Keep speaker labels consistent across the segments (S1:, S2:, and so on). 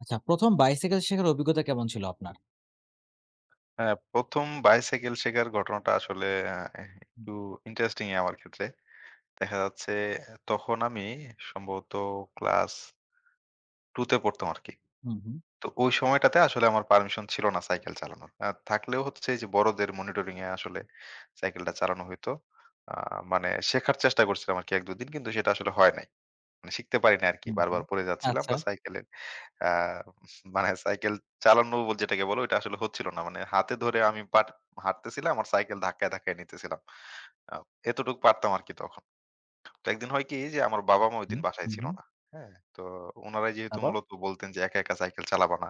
S1: আচ্ছা, ১ম বাইসাইকেল শেখার অভিজ্ঞতা কেমন ছিল আপনার?
S2: হ্যাঁ, ১ম বাইসাইকেল শেখার ঘটনাটা আসলে আ
S1: হুম,
S2: একটু ইন্টারেস্টিং আমার ক্ষেত্রে। দেখা যাচ্ছে তখন আমি সম্ভবত ক্লাস 2 তে পড়তাম আরকি।
S1: হুম, হুম,
S2: তো ওই সময়টাতে আসলে আমার পারমিশন ছিল না সাইকেল চালানোর। থাকলেও হচ্ছে যে বড়দের মনিটরিং এ আসলে সাইকেলটা চালানো হইতো। আ মানে শেখার চেষ্টা করছিলাম আরকি ১-২ দিন, কিন্তু সেটা আসলে হয় নাই। মানে শিখতে পারি নাই আরকি।
S1: হুম, হুম।
S2: বারবার পড়ে যাচ্ছিলাম
S1: আচ্ছা।
S2: বা সাইকেলের আ মানে সাইকেল চালানো বল যেটাকে বলে ওইটা আসলে হচ্ছিল না। মানে হাতে ধরে আমি হাঁটতেছিলাম আর সাইকেল ধাক্কায়, ধাক্কায় নিতেছিলাম। আ এতটুকু পারতাম আরকি তখন। তো একদিন হয় কি যে আমার বাবা-মা ঐদিন
S1: হুম,
S2: বাসায়
S1: হুম,
S2: ছিল
S1: হুম।
S2: না। হ্যাঁ? তো উনারাই যেহেতু
S1: তারপর?
S2: মূলত বলতেন যে, "একা, একা সাইকেল চালাবা না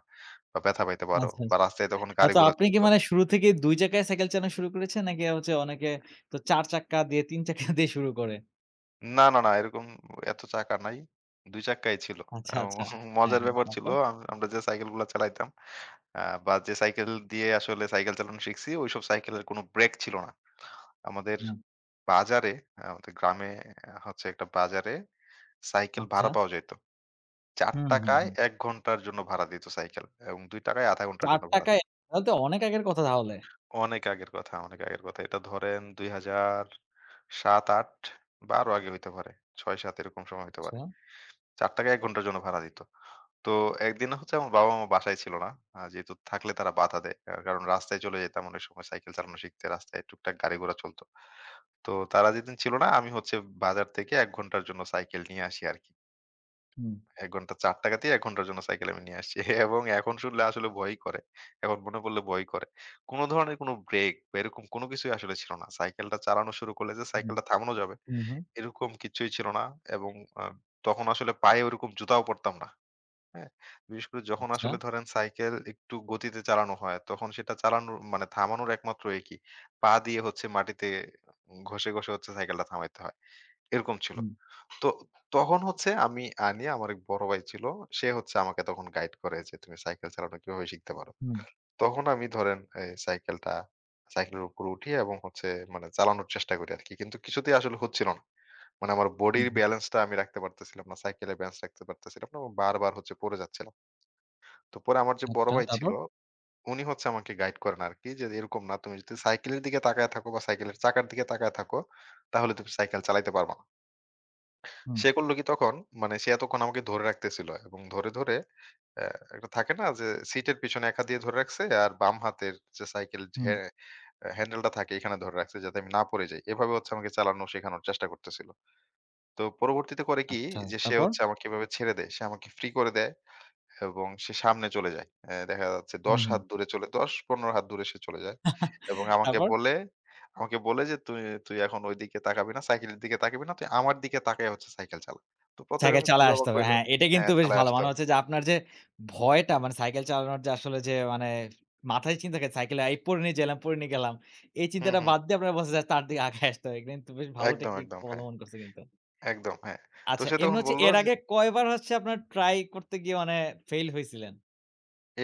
S2: বা ব্যথা পাইতে পারো।"
S1: আচ্ছা,
S2: বা
S1: আচ্ছা।
S2: রাস্তায় তখন
S1: তো
S2: গাড়ি-ঘোড়া
S1: আপনি কি
S2: চলত।
S1: মানে শুরু থেকেই ২ চাকায় সাইকেল চালানো শুরু করেছেন? নাকি হচ্ছে অনেকে তো ৪ চাক্কা দিয়ে ৩ চাক্কা দিয়ে শুরু করে?
S2: না, না, না, এরকম এত চাকা নাই। ২ চাক্কাই ছিল।
S1: আচ্ছা,
S2: এবং
S1: আচ্ছা। হ্যাঁ,
S2: মজার
S1: হ্যাঁ।
S2: ব্যাপার ছিল
S1: তারপর?
S2: আমরা যে সাইকেলগুলা চালাইতাম, আ বা যে সাইকেল দিয়ে আসলে সাইকেল চালানো শিখছি, ওইসব সাইকেলের কোনো ব্রেক ছিল না। আমাদের
S1: হ্যাঁ,
S2: বাজারে, আমাদের গ্রামে, হচ্ছে একটা বাজারে সাইকেল
S1: আচ্ছা।
S2: ভাড়া পাওয়া যাইত। ৳৪
S1: হুম, হুম, হুম।
S2: ১ ঘন্টার জন্য ভাড়া দিত সাইকেল এবং ৳২ আধা ঘন্টার
S1: ৪
S2: জন্য ভাড়া
S1: টাকায়
S2: দিত।
S1: তাহলে তো অনেক আগের কথা তাহলে।
S2: অনেক আগের কথা, অনেক আগের কথা। এটা ধরেন ২০০৭-৮ বা আরো আগে হইতে পারে। ৬-৭ এরকম সময় হইতে পারে।
S1: আচ্ছা।
S2: ৳৪ ১ ঘন্টার জন্য ভাড়া দিত। তো একদিন হচ্ছে আমার বাবা-মা বাসায় ছিল না। যেহেতু থাকলে তারা বাধা দেয়। কারণ রাস্তায় চলে যেতাম অনেক সময় সাইকেল চালানো শিখতে। রাস্তায় টুকটাক গাড়ি-ঘোড়া চলত। তো তারা যেদিন ছিল না, আমি হচ্ছে বাজার থেকে ১ ঘন্টার জন্য সাইকেল নিয়ে আসি আরকি।
S1: হুম,
S2: ১ ঘন্টা ৳৪ দিয়ে ১ ঘন্টার জন্য সাইকেল আমি নিয়ে আসছি। এবং এখন শুনলে আসলে ভয়ই করে। এখন মনে পড়লে ভয় করে। কোন ধরনের কোন ব্রেক বা এরকম কোন কিছুই আসলে ছিল না। সাইকেলটা চালানো শুরু করলে যে
S1: হুম,
S2: সাইকেলটা থামানো যাবে
S1: হুম, হুম।
S2: এরকম কিছুই ছিল না এবং আ তখন আসলে পায়ে ওরকম জুতাও পরতাম না। হ্যাঁ? বিশেষ করে যখন
S1: আচ্ছা।
S2: আসলে ধরেন সাইকেল একটু গতিতে চালানো হয়, তখন সেটা চালানোর মানে থামানোর একমাত্র কি, পা দিয়ে হচ্ছে মাটিতে ঘষে, ঘষে হচ্ছে সাইকেলটা থামাইতে হয়। এরকম ছিল।
S1: হুম,
S2: তো তখন হচ্ছে আমি আমার এক বড় ভাই ছিল। সে হচ্ছে আমাকে তখন গাইড করে যে, "তুমি সাইকেল চালানো কিভাবে শিখতে পারো?"
S1: হুম,
S2: তখন আমি ধরেন এই সাইকেলটা, সাইকেলের উপর উঠি এবং হচ্ছে মানে চালানোর চেষ্টা করি আরকি। কিন্তু কিছুতেই আসলে হচ্ছিল না। মানে আমার
S1: হুম,
S2: বডির
S1: হুম।
S2: ব্যালেন্সটা আমি রাখতে পারতেছিলাম না। সাইকেলের ব্যালেন্স রাখতে পারতেছিলাম না এবং বারবার হচ্ছে পড়ে যাচ্ছিলাম। তো পরে আমার যে বড়
S1: আচ্ছা,
S2: ভাই ছিল,
S1: তারপর?
S2: উনি হচ্ছে আমাকে গাইড করেন আরকি যে, "এরকম না, তুমি যদি সাইকেলের দিকে তাকায় থাকো বা সাইকেলের চাকার দিকে তাকায় থাকো, তাহলে তুমি সাইকেল চালাইতে পারবা না।"
S1: হুম,
S2: সে করল কি তখন, মানে সে এতক্ষণ আমাকে ধরে রাখতেছিল এবং ধরে, ধরে অ্যা একটা থাকে না যে সিটের পিছনে এক হাত দিয়ে ধরে রাখছে আর বাম হাতের যে সাইকেল
S1: হুম।
S2: হ্যান্ডেলটা থাকে এখানে ধরে রাখছে, যাতে আমি না পড়ে যাই। এভাবে হচ্ছে আমাকে চালানো শেখানোর চেষ্টা করতেছিল। তো পরবর্তীতে করে কি
S1: আচ্ছা,
S2: যে সে
S1: তারপর?
S2: হচ্ছে আমাকে এভাবে ছেড়ে দেয়। সে আমাকে ফ্রি করে দেয়। এবং সে সামনে চলে যায়। এ দেখা যাচ্ছে
S1: হুম,
S2: ১০
S1: হুম।
S2: হাত দূরে চলে, ১০-১৫ হাত দূরে সে চলে যায়। এবং আমাকে
S1: তারপর?
S2: বলে আমাকে বলে যে, "তুই তুই এখন ওইদিকে তাকাবি না, সাইকেলের দিকে তাকাবি না। তুই আমার দিকে তাকায় হচ্ছে সাইকেল চালা।" তো ১ম এ
S1: সাইকেল
S2: আমি খুবই
S1: চালায় আসতে
S2: অবাক
S1: হবে।
S2: হইলাম।
S1: হ্যাঁ, এটা
S2: হ্যাঁ,
S1: কিন্তু বেশ
S2: চালায়
S1: ভালো।
S2: আসতে
S1: মানে
S2: হবে।
S1: হচ্ছে যে আপনার যে ভয়টা মানে সাইকেল চালানোর যে আসলে যে মানে মাথায় চিন্তা থাকে সাইকেলে এই পড়ে নিয়ে গেলাম, পড়ে নিয়ে গেলাম। এই
S2: হুম,
S1: চিন্তাটা
S2: হুম।
S1: বাদ দিয়ে আপনার বলছে যে তার দিকে আগায় আসতে হবে। কিন্তু বেশ ভালো
S2: একদম,
S1: টেকনিক
S2: একদম। হ্যাঁ,
S1: অবলম্বন করছে কিন্তু।
S2: একদম, হ্যাঁ। তো
S1: আচ্ছা
S2: সে
S1: এমনি
S2: তখন
S1: হচ্ছে
S2: বলল
S1: এর
S2: যে,
S1: আগে কয়বার হচ্ছে আপনার ট্রাই করতে গিয়ে মানে ফেইল হইছিলেন?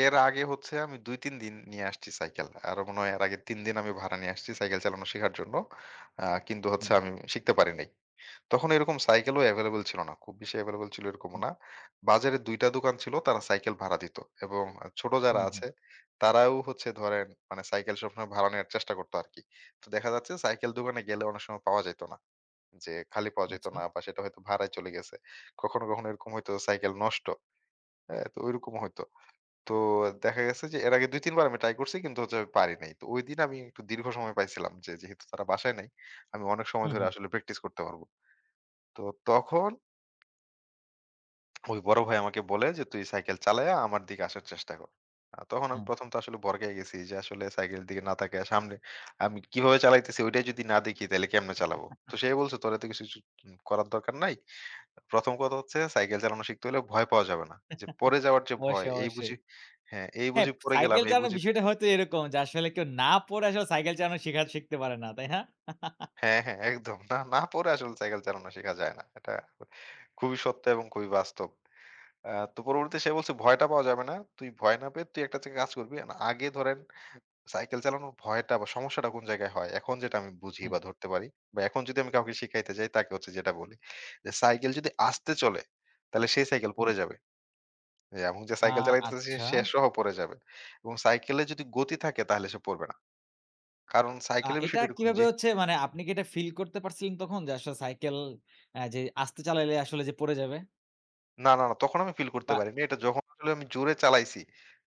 S2: "এর আগে হচ্ছে আমি ২-৩ দিন নিয়ে আসছি সাইকেল। আরো মনে হয় এর আগে ৩ দিন আমি ভাড়া নিয়ে আসছি সাইকেল চালানো শেখার জন্য। কিন্তু হচ্ছে
S1: হুম,
S2: আমি শিখতে পারি নাই।" তখন এরকম সাইকেলও এভেইলেবল ছিল না। খুব বেশি এভেইলেবল ছিল এরকমও
S1: হুম,
S2: না। বাজারে ২ টা দোকান ছিল, তারা সাইকেল ভাড়া দিত এবং ছোট যারা
S1: হুম, হুম।
S2: আছে তারাও হচ্ছে ধরেন মানে সাইকেল সবসময় ভাড়া নেওয়ার চেষ্টা করতো আরকি। তো দেখা যাচ্ছে সাইকেল দোকানে গেলে অনেক সময় পাওয়া যাইত না। যে খালি পাওয়া যেত
S1: আচ্ছা।
S2: না বা সেটা হয়তো ভাড়ায় চলে গেছে। কখনো, কখনো এরকম হয়তো সাইকেল নষ্ট। হ্যাঁ? তো ঐরকমও হইতো। তো দেখা গেছে যে এর আগে ২-৩ বার আমি ট্রাই করছি কিন্তু হচ্ছে আমি পারি নাই। তো ঐদিন আমি একটু দীর্ঘ সময় পাইছিলাম, যে যেহেতু তারা বাসায় নাই, আমি অনেক সময়
S1: হুম,
S2: ধরে
S1: হুম,
S2: আসলে প্র্যাকটিস করতে পারব। তো তখন ওই বড় ভাই আমাকে বলে যে, "তুই সাইকেল চালায়া আমার দিকে আসার চেষ্টা কর।" তখন আমি
S1: হ্যাঁ।
S2: ১ম তো আসলে ভড়কায় গেছি যে আসলে সাইকেলের দিকে না তাকায়া সামনে আমি কিভাবে চালাইতেছি ওইটাই যদি না দেখি তাইলে কেমনে চালাবো? তো সে বলছে, "তোর এত কিছু কিছু করার দরকার নাই। ১ম কথা হচ্ছে সাইকেল চালানো শিখতে হলে ভয় পাওয়া যাবে না। যে পড়ে যাওয়ার যে ভয়,
S1: অবশ্যই,
S2: এই
S1: অবশ্যই।
S2: বুঝি, হ্যাঁ, এই
S1: হ্যাঁ,
S2: বুঝি পড়ে গেলাম,
S1: সাইকেল
S2: এই
S1: চালানোর
S2: বুঝি।"
S1: বিষয়টা হয়তো এরকম যে আসলে কেউ না পড়ে আসলে সাইকেল চালানো শিখা শিখতে পারে না, তাই না?
S2: হ্যাঁ, হ্যাঁ, একদম। না, না পড়ে আসলে সাইকেল চালানো শেখা যায় না। এটা খুবই সত্য এবং খুবই বাস্তব। তো পরবর্তীতে সে বলছে, "ভয়টা পাওয়া যাবে না। তুই ভয় না পেয়ে তুই একটা কাজ করবি। না আগে ধরেন সাইকেল চালানোর ভয়টা বা সমস্যাটা কোন জায়গায় হয়? এখন যেটা আমি বুঝি
S1: হ্যাঁ,
S2: বা ধরতে পারি বা এখন যদি আমি কাউকে শিখাইতে যাই তাকে হচ্ছে যেটা বলি যে, সাইকেল যদি আস্তে চলে তাহলে সেই সাইকেল
S1: হুম।
S2: পড়ে যাবে। এবং যে
S1: আ
S2: সাইকেল চালাইতেছে
S1: আচ্ছা।
S2: সে সহ পড়ে যাবে। এবং সাইকেলে যদি গতি থাকে তাহলে সে পড়বে না।" কারণ সাইকেলের
S1: এটা
S2: বিষয়টা এরকম
S1: কিভাবে
S2: যে
S1: হচ্ছে মানে আপনি কি এটা ফিল করতে পারছিলেন তখন যে আসলে সাইকেল যে আস্তে চালাইলে আসলে যে পড়ে যাবে?
S2: না, না, না। তখন আমি ফিল করতে
S1: বা
S2: পারিনি। এটা যখন আসলে আমি জোরে চালাইছি,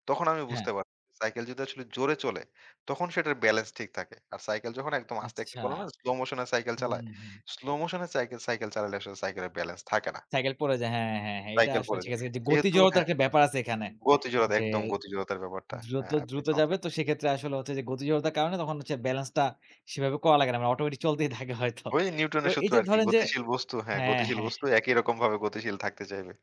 S2: তখন আমি
S1: হ্যাঁ,
S2: বুঝতে পারছি। সাইকেল যদি আসলে জোরে চলে, তখন সেটার ব্যালেন্স ঠিক থাকে। আর সাইকেল যখন একদম আস্তে একটা
S1: আচ্ছা।
S2: বলে না স্লো মোশন এ সাইকেল
S1: হুম,
S2: চালায়,
S1: হুম।
S2: স্লো মোশন এ সাইকেল সাইকেল চালালে আসলে সাইকেলের ব্যালেন্স থাকে না।
S1: সাইকেল পড়ে যায়। হ্যাঁ, হ্যাঁ, হ্যাঁ। এটা
S2: সাইকেল
S1: আসলে
S2: পড়ে
S1: ঠিক
S2: যায়।
S1: আছে। যে গতি
S2: যেহেতু
S1: জড়তার
S2: হ্যাঁ,
S1: একটা ব্যাপার আছে এখানে।
S2: গতিজড়তা,
S1: যে
S2: একদম গতিজড়তার ব্যাপারটা।
S1: দ্রুত,
S2: হ্যাঁ, আপনি
S1: দ্রুত যাবে
S2: চমৎকার।
S1: তো সেক্ষেত্রে আসলে হচ্ছে যে গতি জড়তার কারণে তখন হচ্ছে ব্যালেন্সটা সেভাবে করা লাগে না। মানে অটোমেটিক চলতেই থাকে হয়তো।
S2: ওই
S1: তো
S2: নিউটনের
S1: এই
S2: সূত্র
S1: যে
S2: আরকি।
S1: ধরেন যে
S2: গতিশীল বস্তু, হ্যাঁ,
S1: হ্যাঁ,
S2: গতিশীল
S1: হ্যাঁ।
S2: বস্তু একই রকমভাবে গতিশীল থাকতে চাইবে।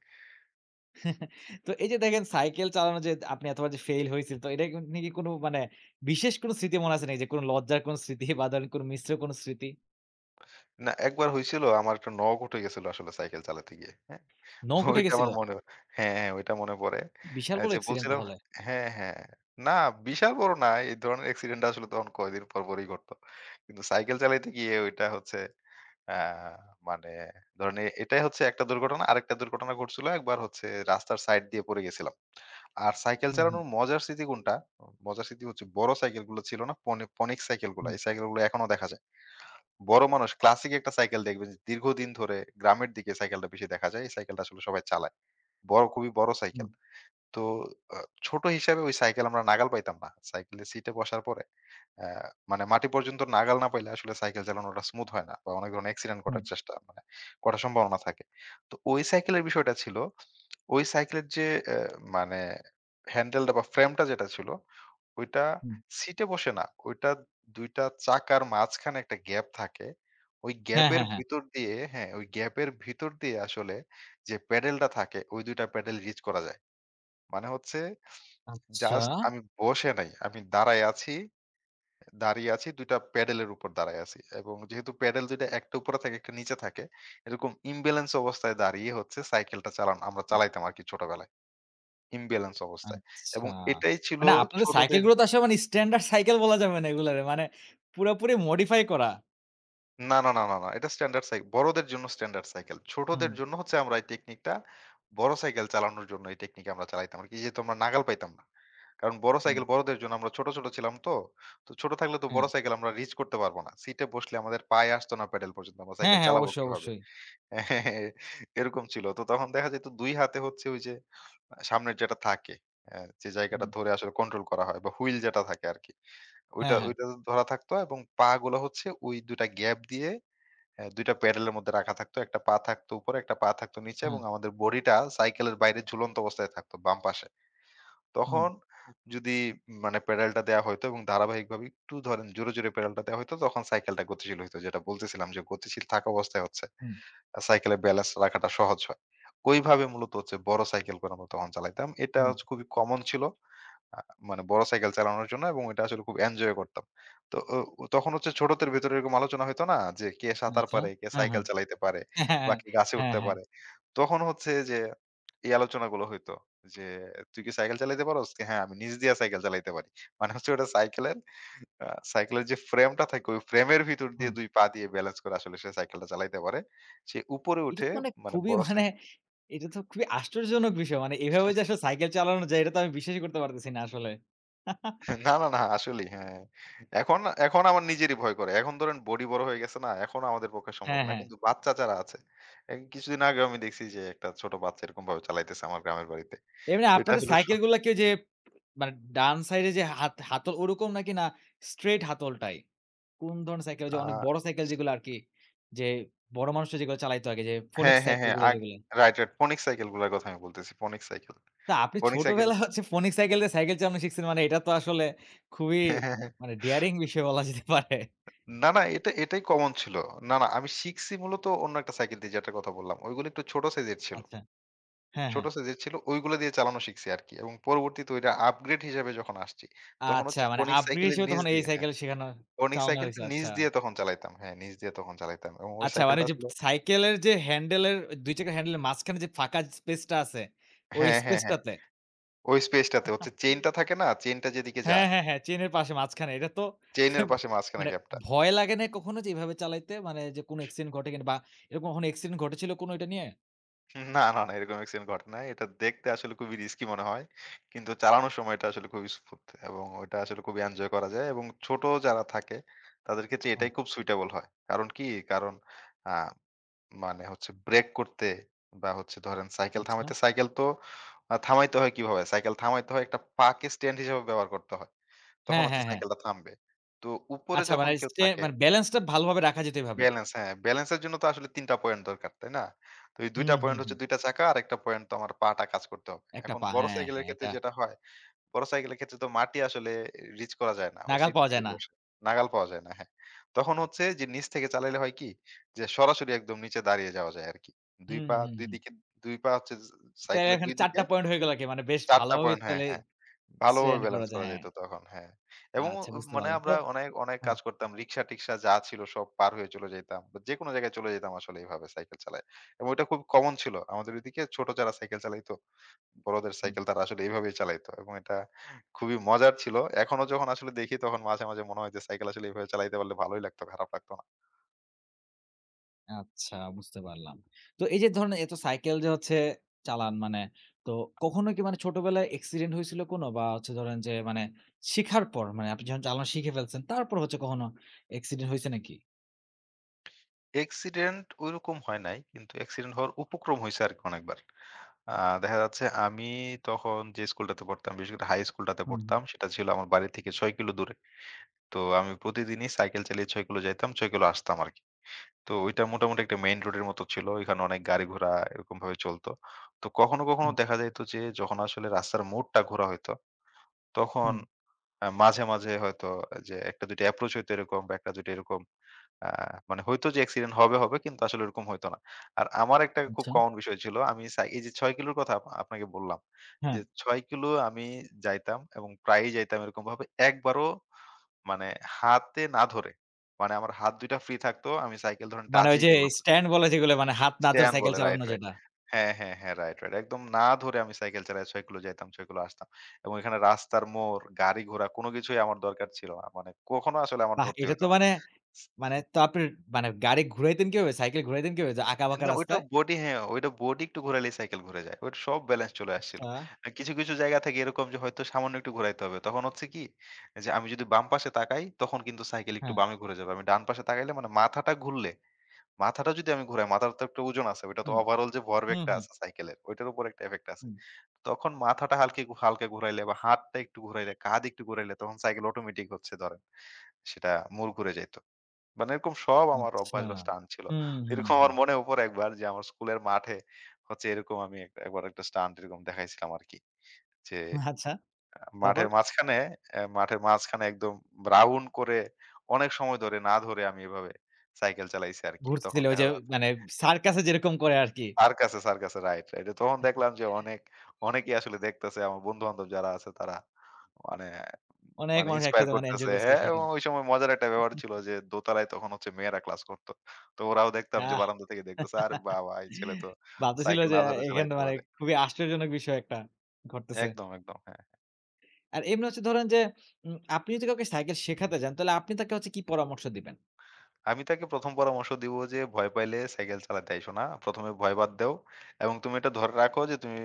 S1: তো এই যে দেখেন সাইকেল চালানো যে আপনি এতবার যে ফেইল হয়েছিল তো এটা কি নিয়ে কি কোনো মানে বিশেষ কোনো স্মৃতি মনে আছে নাকি? যে কোনো লজ্জার কোনো স্মৃতি বা ধরেন কোনো মিশ্র কোনো স্মৃতি?
S2: না, একবার হইছিল আমার একটা নখ উঠে গেছিল আসলে সাইকেল চালাতে গিয়ে। হ্যাঁ?
S1: নখ উঠে
S2: ওইটা
S1: গেছিল?
S2: আমার মনে, হ্যাঁ, হ্যাঁ, ওইটা মনে পড়ে।
S1: বিশাল বড়
S2: যে
S1: অ্যাক্সিডেন্ট
S2: বলছিলাম,
S1: তাহলে।
S2: হ্যাঁ, হ্যাঁ। না, বিশাল বড় না। এই ধরনের অ্যাক্সিডেন্ট আসলে তখন কয়দিন পর, পরই ঘটতো। কিন্তু সাইকেল চালাইতে গিয়ে ওইটা হচ্ছে আ মানে ধরেন এটাই হচ্ছে একটা দুর্ঘটনা। আরেকটা দুর্ঘটনা ঘটছিল একবার হচ্ছে রাস্তার সাইড দিয়ে পড়ে গেছিলাম। আর সাইকেল
S1: হুম, হুম,
S2: চালানোর মজার স্মৃতি কোনটা? মজার স্মৃতি হচ্ছে বড় সাইকেলগুলো ছিল না, পনিক সাইকেলগুলা।
S1: হুম,
S2: এই সাইকেলগুলো এখনো দেখা যায়। বড় মানুষ, ক্লাসিক একটা সাইকেল দেখবেন যে দীর্ঘদিন ধরে গ্রামের দিকে সাইকেলটা বেশি দেখা যায়। এই সাইকেলটা আসলে সবাই চালায়। বড়, খুবই বড়
S1: হুম,
S2: সাইকেল। তো আ ছোট হিসাবে ওই সাইকেল আমরা নাগাল পাইতাম না। সাইকেলের সিটে বসার পরে আ মানে মাটি পর্যন্ত নাগাল না পাইলে আসলে সাইকেল চালানোটা স্মুথ হয় না বা অনেক ধরনের অ্যাক্সিডেন্ট
S1: হুম,
S2: ঘটার চেষ্টা মানে ঘটার সম্ভাবনা থাকে। তো ওই সাইকেলের বিষয়টা ছিল, ওই সাইকেলের যে মানে হ্যান্ডেলটা বা ফ্রেমটা যেটা ছিল ওইটা
S1: হুম।
S2: সিটে বসে না। ওইটা ২ টা চাকার মাঝখানে একটা গ্যাপ থাকে। ওই
S1: হ্যাঁ,
S2: গ্যাপের
S1: হ্যাঁ, হ্যাঁ।
S2: ভিতর দিয়ে, হ্যাঁ, ওই গ্যাপের ভিতর দিয়ে আসলে যে প্যাডেলটা থাকে ওই ২ টা প্যাডেল রিচ করা যায়। মানে হচ্ছে
S1: আচ্ছা,
S2: জাস্ট আমি বসে নাই। আমি দাঁড়ায় আছি, দাঁড়িয়ে আছি ২ টা প্যাডেলের উপর দাঁড়ায় আছি। এবং যেহেতু প্যাডেল ২ টা, একটা উপরে থাকে, একটা নিচে থাকে। এরকম ইমব্যালেন্স অবস্থায় দাঁড়িয়ে হচ্ছে সাইকেলটা চালানো আমরা চালাইতাম আরকি ছোটবেলায়। ইমব্যালেন্স অবস্থায়।
S1: আচ্ছা।
S2: এবং এটাই ছিল
S1: মানে আপনাদের
S2: ছোটদের।
S1: সাইকেলগুলো তো আসলে মানে স্ট্যান্ডার্ড সাইকেল বলা যাবে না এগুলারে। মানে পুরাপুরি মডিফাই করা।
S2: না, না, না, না, না। এটা স্ট্যান্ডার্ড বড়দের জন্য স্ট্যান্ডার্ড সাইকেল।
S1: হুম,
S2: ছোটদের জন্য হচ্ছে আমরা এই টেকনিকটা, বড় সাইকেল চালানোর জন্য এই টেকনিক আমরা চালাইতাম আরকি। যেহেতু আমরা নাগাল পাইতাম না। কারণ বড়
S1: হুম,
S2: সাইকেল বড়দের জন্য, আমরা ছোট, ছোট ছিলাম তো। তো ছোট থাকলে তো
S1: হ্যাঁ।
S2: বড় সাইকেল আমরা রিচ করতে পারব না। সিটে বসলে আমাদের পায়ে আসতো না প্যাডেল পর্যন্ত। আমরা
S1: হ্যাঁ,
S2: সাইকেল
S1: হ্যাঁ,
S2: চালাবো
S1: অবশ্যই,
S2: কিভাবে?
S1: অবশ্যই।
S2: এরকম ছিল। তো তখন দেখা যেত ২ হাতে হচ্ছে ওই যে সামনের যেটা থাকে, যে জায়গাটা
S1: হুম,
S2: ধরে আসলে কন্ট্রোল করা হয় বা হুইল যেটা থাকে আরকি। ওইটা,
S1: হ্যাঁ, হ্যাঁ,
S2: ওইটা ধরা থাকতো এবং পা গুলো হচ্ছে ওই ২ টা গ্যাপ দিয়ে হ্যাঁ, ২ টা প্যাডেলের মধ্যে রাখা থাকতো। একটা পা থাকতো উপরে, একটা পা থাকতো নিচে
S1: হ্যাঁ।
S2: এবং আমাদের বডিটা সাইকেলের বাইরে ঝুলন্ত অবস্থায় থাকতো বাম পাশে।
S1: হুম,
S2: তখন যদি মানে প্যাডেলটা দেয়া হইতো এবং ধারাবাহিকভাবে একটু ধরেন জোরে, জোরে প্যাডেলটা দেয়া হইতো তখন সাইকেলটা গতিশীল হইতো। যেটা বলতেছিলাম যে গতিশীল থাকা অবস্থায় হচ্ছে
S1: হুম,
S2: সাইকেলের ব্যালেন্স রাখাটা সহজ হয়। ওইভাবে মূলত হচ্ছে বড় সাইকেলগুলো আমরা তখন চালাইতাম। এটা
S1: হুম।
S2: হচ্ছে খুবই কমন ছিল। আ মানে বড় সাইকেল চালানোর জন্য এবং ওইটা আসলে খুব এনজয় করতাম। তো ও ও তখন হচ্ছে ছোটদের ভেতরে এরকম আলোচনা হইতো না যে কে সাঁতার
S1: আচ্ছা।
S2: পারে, কে
S1: হ্যাঁ,
S2: সাইকেল
S1: হ্যাঁ।
S2: চালাইতে পারে
S1: হ্যাঁ,
S2: বা কে গাছে
S1: হ্যাঁ,
S2: উঠতে
S1: হ্যাঁ।
S2: পারে। তখন হচ্ছে যে এই আলোচনাগুলো হইতো যে, "তুই কি সাইকেল চালাইতে পারোস?" "হ্যাঁ, আমি নিচ দিয়া সাইকেল চালাইতে পারি।" মানে হচ্ছে ওটা সাইকেলের আ সাইকেলের যে ফ্রেমটা থাকে ওই ফ্রেমের ভিতর দিয়ে
S1: হুম।
S2: ২ পা দিয়ে ব্যালেন্স করে আসলে সে সাইকেলটা চালাইতে পারে। সে উপরে
S1: এটা
S2: উঠে
S1: তো মানে
S2: মানে
S1: খুবই
S2: বড়
S1: মানে
S2: সাই
S1: এটা তো খুবই আশ্চর্যজনক বিষয়। মানে এভাবে যে আসলে সাইকেল চালানো যায় এটা তো আমি বিশ্বাসই করতে পারতেছি না আসলে।
S2: না, না, না আসলেই হ্যাঁ। এখন এখন আমার নিজেরই ভয় করে। এখন ধরেন বডি বড় হয়ে গেছে না, এখন আমাদের পক্ষে সম্ভব
S1: হ্যাঁ,
S2: না।
S1: হ্যাঁ।
S2: কিন্তু বাচ্চা যারা আছে, এই কিছুদিন আগেও আমি দেখছি যে একটা ছোট বাচ্চা এরকমভাবে চালাইতেছে আমার গ্রামের বাড়িতে।
S1: এমনি
S2: তো এটা
S1: আপনাদের
S2: আসলে স
S1: সাইকেল গুলা কি ওইযে মানে ডান সাইডে যে হাত হাতল ওরকম নাকি না স্ট্রেইট হাতলটাই? কোন ধরনের সাইকেল? ওইযে অনেক
S2: আ
S1: বড় সাইকেল যেগুলো আরকি যে বড় মানুষরা যেগুলো চালাইতো আগে যে
S2: হ্যাঁ,
S1: ফোনিক্স
S2: হ্যাঁ,
S1: সাইকেল
S2: হ্যাঁ।
S1: গুলো যেগুলো।
S2: Right, right. ফনিক সাইকেল গুলার কথা আমি বলতেছি। ফনিক সাইকেল।
S1: তো আপনি
S2: ফনিক সাইকেল
S1: ছোটবেলায় হচ্ছে ফোনিক্স সাইকেল দিয়ে সাইকেল চালানো শিখছেন মানে এটা তো আসলে খুবই
S2: হ্যাঁ, হ্যাঁ, হ্যাঁ।
S1: মানে ডেয়ারিং বিষয় বলা যেতে পারে।
S2: না, না এটা এটাই কমন ছিল। না, না আমি শিখছি মূলত অন্য একটা সাইকেল দিয়ে যেটার কথা বললাম। ওইগুলো একটু ছোট সাইজের ছিল।
S1: আচ্ছা। হ্যাঁ,
S2: ছোট
S1: হ্যাঁ।
S2: সাইজের ছিল, ওইগুলো দিয়ে চালানো শিখছি আরকি। এবং পরবর্তীতে ওইটা আপগ্রেড হিসেবে যখন আসছি, তখন
S1: আচ্ছা
S2: হচ্ছে
S1: মানে
S2: ফোনিক
S1: আব্রি
S2: সাইকেলের
S1: হিসেবে
S2: নিচ
S1: তখন এই
S2: দিয়ে হ্যাঁ,
S1: সাইকেল শেখানো
S2: ফোনিক
S1: চালানো
S2: সাইকেলটা
S1: হইছে।
S2: নিচ
S1: আচ্ছা।
S2: দিয়ে তখন চালাইতাম। হ্যাঁ, নিচ দিয়ে তখন চালাইতাম। এবং ওই
S1: আচ্ছা মানে
S2: সাইকেলটা
S1: ওইযে
S2: আসলে
S1: সাইকেলের যে হ্যান্ডেলের ২ চাকার হ্যান্ডেলের মাঝখানে যে ফাঁকা স্পেসটা আছে, ওই
S2: হ্যাঁ, হ্যাঁ, হ্যাঁ।
S1: স্পেসটাতে?
S2: ওই স্পেসটাতে হচ্ছে চেইনটা থাকে না? চেইনটা যেদিকে
S1: হ্যাঁ,
S2: যায়,
S1: হ্যাঁ, হ্যাঁ। চেইনের পাশে মাঝখানে। এটা তো
S2: চেইনের পাশে মাঝখানে
S1: মানে
S2: গ্যাপটা।
S1: ভয় লাগে নাই কখনো যে এভাবে চালাইতে? মানে যে কোনো অ্যাক্সিডেন্ট ঘটে কিনা বা এরকম কখনো অ্যাক্সিডেন্ট ঘটেছিল কোনো এটা নিয়ে?
S2: না, না, না এরকম অ্যাক্সিডেন্ট ঘটে নাই। এটা দেখতে আসলে খুবই রিস্কি মনে হয়। কিন্তু চালানোর সময় এটা আসলে খুবই স্মুথ এবং ওইটা আসলে খুবই এনজয় করা যায় এবং ছোট যারা থাকে তাদের ক্ষেত্রে
S1: হ্যাঁ,
S2: এটাই খুব সুইটেবল হয়। কারণ কি? কারণ আ মানে হচ্ছে ব্রেক করতে বা হচ্ছে ধরেন সাইকেল
S1: আচ্ছা।
S2: থামাইতে সাইকেল তো থামাইতে হয় কিভাবে? সাইকেল থামাইতে হয় একটা পাকে স্ট্যান্ড হিসেবে ব্যবহার করতে হয়। তখন
S1: হ্যাঁ,
S2: হচ্ছে
S1: হ্যাঁ, হ্যাঁ।
S2: সাইকেলটা থামবে। তো উপরে
S1: আচ্ছা মানে
S2: যখন কেউ
S1: স্টে
S2: থাকে
S1: মানে ব্যালেন্সটা ভালোভাবে রাখা যেত এভাবে।
S2: ব্যালেন্স হ্যাঁ, ব্যালেন্সের জন্য তো আসলে ৩ টা পয়েন্ট দরকার, তাই না? তো এই ২ টা
S1: হুম, হুম,
S2: পয়েন্ট হচ্ছে
S1: হুম।
S2: ২ টা চাকা, আরেকটা পয়েন্ট তো আমার পাটা কাজ করতে হবে।
S1: ১ টা
S2: এখন
S1: পা।
S2: বড়
S1: হ্যাঁ,
S2: সাইকেলের
S1: হ্যাঁ।
S2: ক্ষেত্রে
S1: এটা
S2: যেটা হয় বড় সাইকেলের ক্ষেত্রে তো মাটি আসলে রিচ করা যায় না। ওই
S1: নাগাল
S2: সিট
S1: পাওয়া
S2: থেকে
S1: যায় না।
S2: বসে। নাগাল পাওয়া যায় না। হ্যাঁ। তখন হচ্ছে
S1: আচ্ছা।
S2: যে নিচ থেকে চালাইলে হয় কি? যে সরাসরি একদম নিচে দাঁড়িয়ে যাওয়া যায় আরকি। ২
S1: হুম,
S2: পা
S1: হুম,
S2: ২
S1: হুম।
S2: দিকে ২ পা হচ্ছে স
S1: তাহলে
S2: সাইকেলের
S1: এখানে
S2: ২
S1: ৪
S2: দিকে
S1: টা পয়েন্ট হয়ে গেল আরকি। মানে বেশ
S2: ৪ টা
S1: ভালোভাবেই
S2: পয়েন্ট হ্যাঁ,
S1: তাহলে
S2: হ্যাঁ। ভালোভাবে
S1: স্ট্যান্ড করা
S2: ব্যালেন্স করা
S1: যায়।
S2: যাইত তখন। হ্যাঁ। এবং
S1: হ্যাঁ, আচ্ছা বুঝতে
S2: মানে
S1: পারলাম। তো
S2: আমরা অনেক
S1: হ্যাঁ,
S2: কাজ করতাম। রিক্সা-টিক্সা যা ছিল সব পার হয়ে চলে যাইতাম। যেকোনো জায়গায় চলে যেতাম আসলে এভাবে সাইকেল চালায়। এবং ওইটা খুব কমন ছিল। আমাদের ওইদিকে ছোট যারা সাইকেল চালাইতো বড়দের
S1: হুম,
S2: সাইকেল তারা আসলে এভাবেই চালাইতো এবং এটা খুবই মজার ছিল। এখনো যখন আসলে দেখি তখন মাঝে, মাঝে মনে হয় যে সাইকেল আসলে এভাবে চালাইতে পারলে ভালোই লাগতো, খারাপ লাগতো না।
S1: আচ্ছা বুঝতে পারলাম। তো এই যে ধরেন এত সাইকেল যে হচ্ছে চালান মানে তো কখনো কি মানে ছোটবেলায় অ্যাক্সিডেন্ট হয়েছিল কোনো? বা হচ্ছে ধরেন যে মানে শিখার পর মানে আপনি যখন চালানো শিখে ফেলছেন তারপর হচ্ছে কখনো অ্যাক্সিডেন্ট হইছে নাকি?
S2: অ্যাক্সিডেন্ট ওইরকম হয় নাই। কিন্তু অ্যাক্সিডেন্ট হওয়ার উপক্রম হইছে আরকি অনেকবার। আ দেখা যাচ্ছে আমি তখন যে স্কুলটাতে পড়তাম, বিশেষ করে হাই স্কুলটাতে
S1: হুম, হুম,
S2: পড়তাম সেটা ছিল আমার বাড়ি থেকে ৬ কিলো দূরে। তো আমি প্রতিদিনই সাইকেল চালিয়ে ৬ কিলো যাইতাম, ৬ কিলো আসতাম আরকি। তো ওইটা মোটামুটি একটা মেইন রোডের মতো ছিল। এখানে অনেক গাড়ি ঘোড়া এরকমভাবে চলতো। তো কখনো, কখনো
S1: হুম,
S2: দেখা যাইত যে যখন আসলে রাস্তার মোড়টা ঘোরা হইতো তখন
S1: হুম,
S2: মাঝে, মাঝে হয়তো যে ১টা-২টা এপ্রোচ হইতো এরকম বা ১টা-২টা এরকম আ মানে হইতো যে অ্যাক্সিডেন্ট হবে, হবে কিন্তু আসলে ওরকম হইতো না। আর আমার একটা খুব
S1: আচ্ছা।
S2: কমন বিষয় ছিল আমি এই যে ৬ কিলোর কথা আপনাকে বললাম।
S1: হ্যাঁ,
S2: যে ৬ কিলো আমি যাইতাম এবং প্রায়ই যাইতাম এরকমভাবে একবারও মানে হাতে না ধরে। মানে আমার হাত ২ টা ফ্রি থাকতো। আমি সাইকেল ধরেন
S1: মানে ওই
S2: টাচই
S1: যে
S2: করলাম না।
S1: স্ট্যান্ড বলে যেগুলো মানে হাত না ধরে
S2: স্টেয়ান
S1: সাইকেল
S2: বলে রাইট,
S1: চালানো
S2: রাইট।
S1: যেটা।
S2: হ্যাঁ, হ্যাঁ, হ্যাঁ, রাইট, রাইট। একদম না ধরে আমি সাইকেল চালায় ৬ কিলো যাইতাম, ৬ কিলো আসতাম। এবং এখানে রাস্তার মোড়, গাড়ি ঘোড়া কোনো কিছুই আমার দরকার ছিল না। মানে কখনো আসলে আমার
S1: বাহ!
S2: ধরতে
S1: এটা
S2: হইতো
S1: তো
S2: না।
S1: মানে মানে তো আপনি মানে গাড়ি ঘুরাইতেন কিভাবে? সাইকেল ঘুরাইতেন কিভাবে? যে আঁকাবাঁকা
S2: না ওইটা
S1: রাস্তায়?
S2: বডি হ্যাঁ, ওইটা বডি একটু ঘোরাইলেই সাইকেল ঘুরে যায়। ওইটা সব ব্যালেন্স চলে আসছিল।
S1: আচ্ছা,
S2: আর কিছু জায়গা থেকে এরকম যে হয়তো সামান্য একটু ঘুরাইতে হবে। তখন হচ্ছে কি যে আমি যদি বাম পাশে তাকাই তখন কিন্তু সাইকেল একটু
S1: হ্যাঁ,
S2: বামে ঘুরে যাবে। আমি ডান পাশে তাকাইলে মানে মাথাটা ঘুরলে, মাথাটা যদি আমি ঘুরাই মাথার তো একটা ওজন আছে। ওইটা তো
S1: হুম,
S2: ওভারঅল যে
S1: হুম,
S2: ভরবেগটা
S1: হুম,
S2: আছে সাইকেলের ওইটার উপর একটা ইফেক্ট আছে।
S1: হুম,
S2: তখন মাথাটা হালকা ঘুরাইলে বা হাতটা একটু ঘুরাইলে, কাঁধ একটু ঘুরাইলে তখন সাইকেল অটোমেটিক হচ্ছে ধরেন। সেটা মূল ঘুরে যাইত। মানে এরকম সব আমার
S1: আচ্ছা।
S2: অভ্যাস বা স্টান্ট ছিল।
S1: হুম, হুম,
S2: এরকম আমার
S1: হুম।
S2: মনে পড়ে একবার যে আমার স্কুলের মাঠে হচ্ছে এরকম আমি একবার একটা স্টান্ট এরকম দেখাইছিলাম আরকি। যে
S1: আচ্ছা, তারপর?
S2: মাঠের মাঝখানে মাঠের মাঝখানে একদম রাউন্ড করে অনেক সময় ধরে না ধরে আমি এভাবে সাইকেল চালাইছি আরকি। তখন
S1: ঘুরছিল ওই
S2: দেখা
S1: যে
S2: যাচ্ছে
S1: মানে সার্কাসে যেরকম করে আরকি।
S2: স্যার কাছে রাইট, রাইট। তখন দেখলাম যে অনেকেই আসলে দেখতেছে আমার বন্ধু-বান্ধব যারা আছে তারা মানে
S1: অনেক
S2: মানে
S1: মানুষ
S2: ইন্সপায়ার
S1: একসাথে মানে
S2: করতেছে।
S1: এনজয় করছে
S2: হ্যাঁ,
S1: বিষয়টা।
S2: এবং ওই সময় মজার একটা ব্যাপার ছিল যে দোতলায় তখন হচ্ছে মেয়েরা ক্লাস করত। তো ওরাও দেখতাম যে
S1: আহ!
S2: বারান্দা থেকে দেখতেছে। আরে বাবা! এই ছেলে তো
S1: ভাবতেছিল
S2: সাইকেল
S1: যে
S2: না ধরে
S1: এখানে
S2: চালাইতে
S1: মানে
S2: পারে।
S1: খুবই আশ্চর্যজনক বিষয় একটা ঘটতেছে।
S2: একদম, একদম। হ্যাঁ।
S1: আর এমনি হচ্ছে ধরেন যে আপনি যদি কাউকে সাইকেল শেখাতে যান, তাহলে আপনি তাকে হচ্ছে কি পরামর্শ দিবেন?
S2: আমি তাকে ১ম পরামর্শ দিব যে ভয় পাইলে সাইকেল চালাতে আইসো না। ১ম এ ভয় বাদ দাও এবং তুমি এটা ধরে রাখো যে তুমি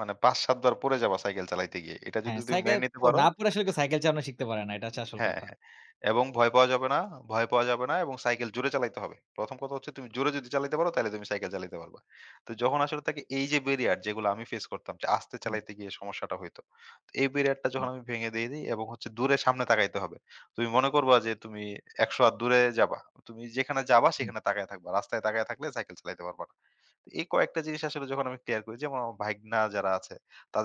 S2: মানে ৫-৭ বার পড়ে যাবা সাইকেল চালাইতে গিয়ে। এটা যদি
S1: হ্যাঁ,
S2: তুমি মেনে
S1: সাইকেল
S2: নিতে
S1: ও
S2: পারো
S1: না পড়ে আসলে কেউ সাইকেল চালানো শিখতে পারে না। এটা হচ্ছে আসল
S2: হ্যাঁ,
S1: কথা।
S2: হ্যাঁ। এবং ভয় পাওয়া যাবে না এবং সাইকেল জোরে চালাইতে হবে। ১ম কথা হচ্ছে তুমি জোরে যদি চালাইতে পারো তাইলে তুমি সাইকেল চালাইতে পারবা। তো যখন আসলে তাকে এই যে ব্যারিয়ার যেগুলো আমি ফেস করতাম যে আস্তে
S1: হুম,
S2: চালাইতে গিয়ে সমস্যাটা হইতো। তো এই ব্যারিয়ারটা
S1: হুম,
S2: যখন আমি ভেঙে দিয়ে দেই এবং হচ্ছে দূরে সামনে তাকাইতে হবে। তুমি মনে করবা যে তুমি ১০০ হাত দূরে যাবা। তুমি যেখানে যাবা
S1: হুম,
S2: সেখানে তাকায় থাকবা। রাস্তায় তাকায় থাকলে সাইকেল চালাইতে পারবা না। তো এই কয়েকটা জিনিস আসলে যখন আমি ক্লিয়ার করি যেমন আমার ভাগ্না যারা আছে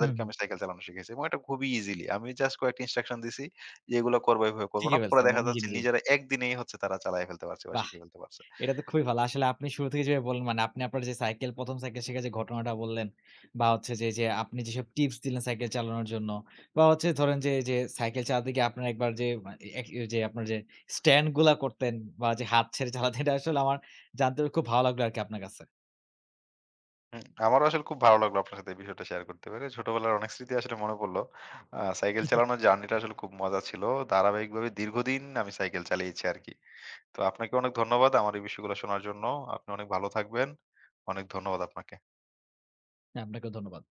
S1: হুম, হুম।
S2: আমি সাইকেল চালানো শিখেছি এবং এটা খুবই ইজিলি আমি জাস্ট কয়েকটা ইনস্ট্রাকশন দিছি যে এগুলো করবো এভাবে করবো
S1: শিখে
S2: না পরে
S1: ফেলছে ও
S2: দেখা
S1: নিজে,
S2: যাচ্ছে
S1: নিজেই।
S2: নিজেরা একদিনেই হচ্ছে তারা চালায় ফেলতে পারছে বা
S1: বাহ!
S2: শিখে ফেলতে পারছে
S1: এটা তো খুবই ভালো। আসলে আপনি শুরু থেকে যেভাবে বললেন মানে আপনি আপনার যে সাইকেল ১ম সাইকেল শেখার যে ঘটনাটা বললেন বা হচ্ছে যে আপনি যেসব টিপস দিলেন সাইকেল চালানোর জন্য বা হচ্ছে ধরেন যে সাইকেল চালাতে গিয়ে আপনার একবার যে আ এক যে আপনার যে স্ট্যান্ড গুলা করতেন বা যে হাত ছেড়ে চালাতেন এটা আসলে আমার জানতে খুব ভালো লাগলো আরকি আপনার কাছে।
S2: হুম, আমারও আসলে খুব ভালো লাগলো আপনার সাথে এই বিষয়টা শেয়ার করতে পেরে ছোটবেলার অনেক স্মৃতি আসলে মনে পড়লো আহ, সাইকেল চালানোর জার্নিটা আসলে খুব মজা ছিল ধারাবাহিকভাবে দীর্ঘদিন আমি সাইকেল চালিয়েছি আর কি তো আপনাকে অনেক ধন্যবাদ আমার এই বিষয়গুলো শোনার জন্য আপনি অনেক ভালো থাকবেন অনেক ধন্যবাদ আপনাকে
S1: আপনাকেও ধন্যবাদ।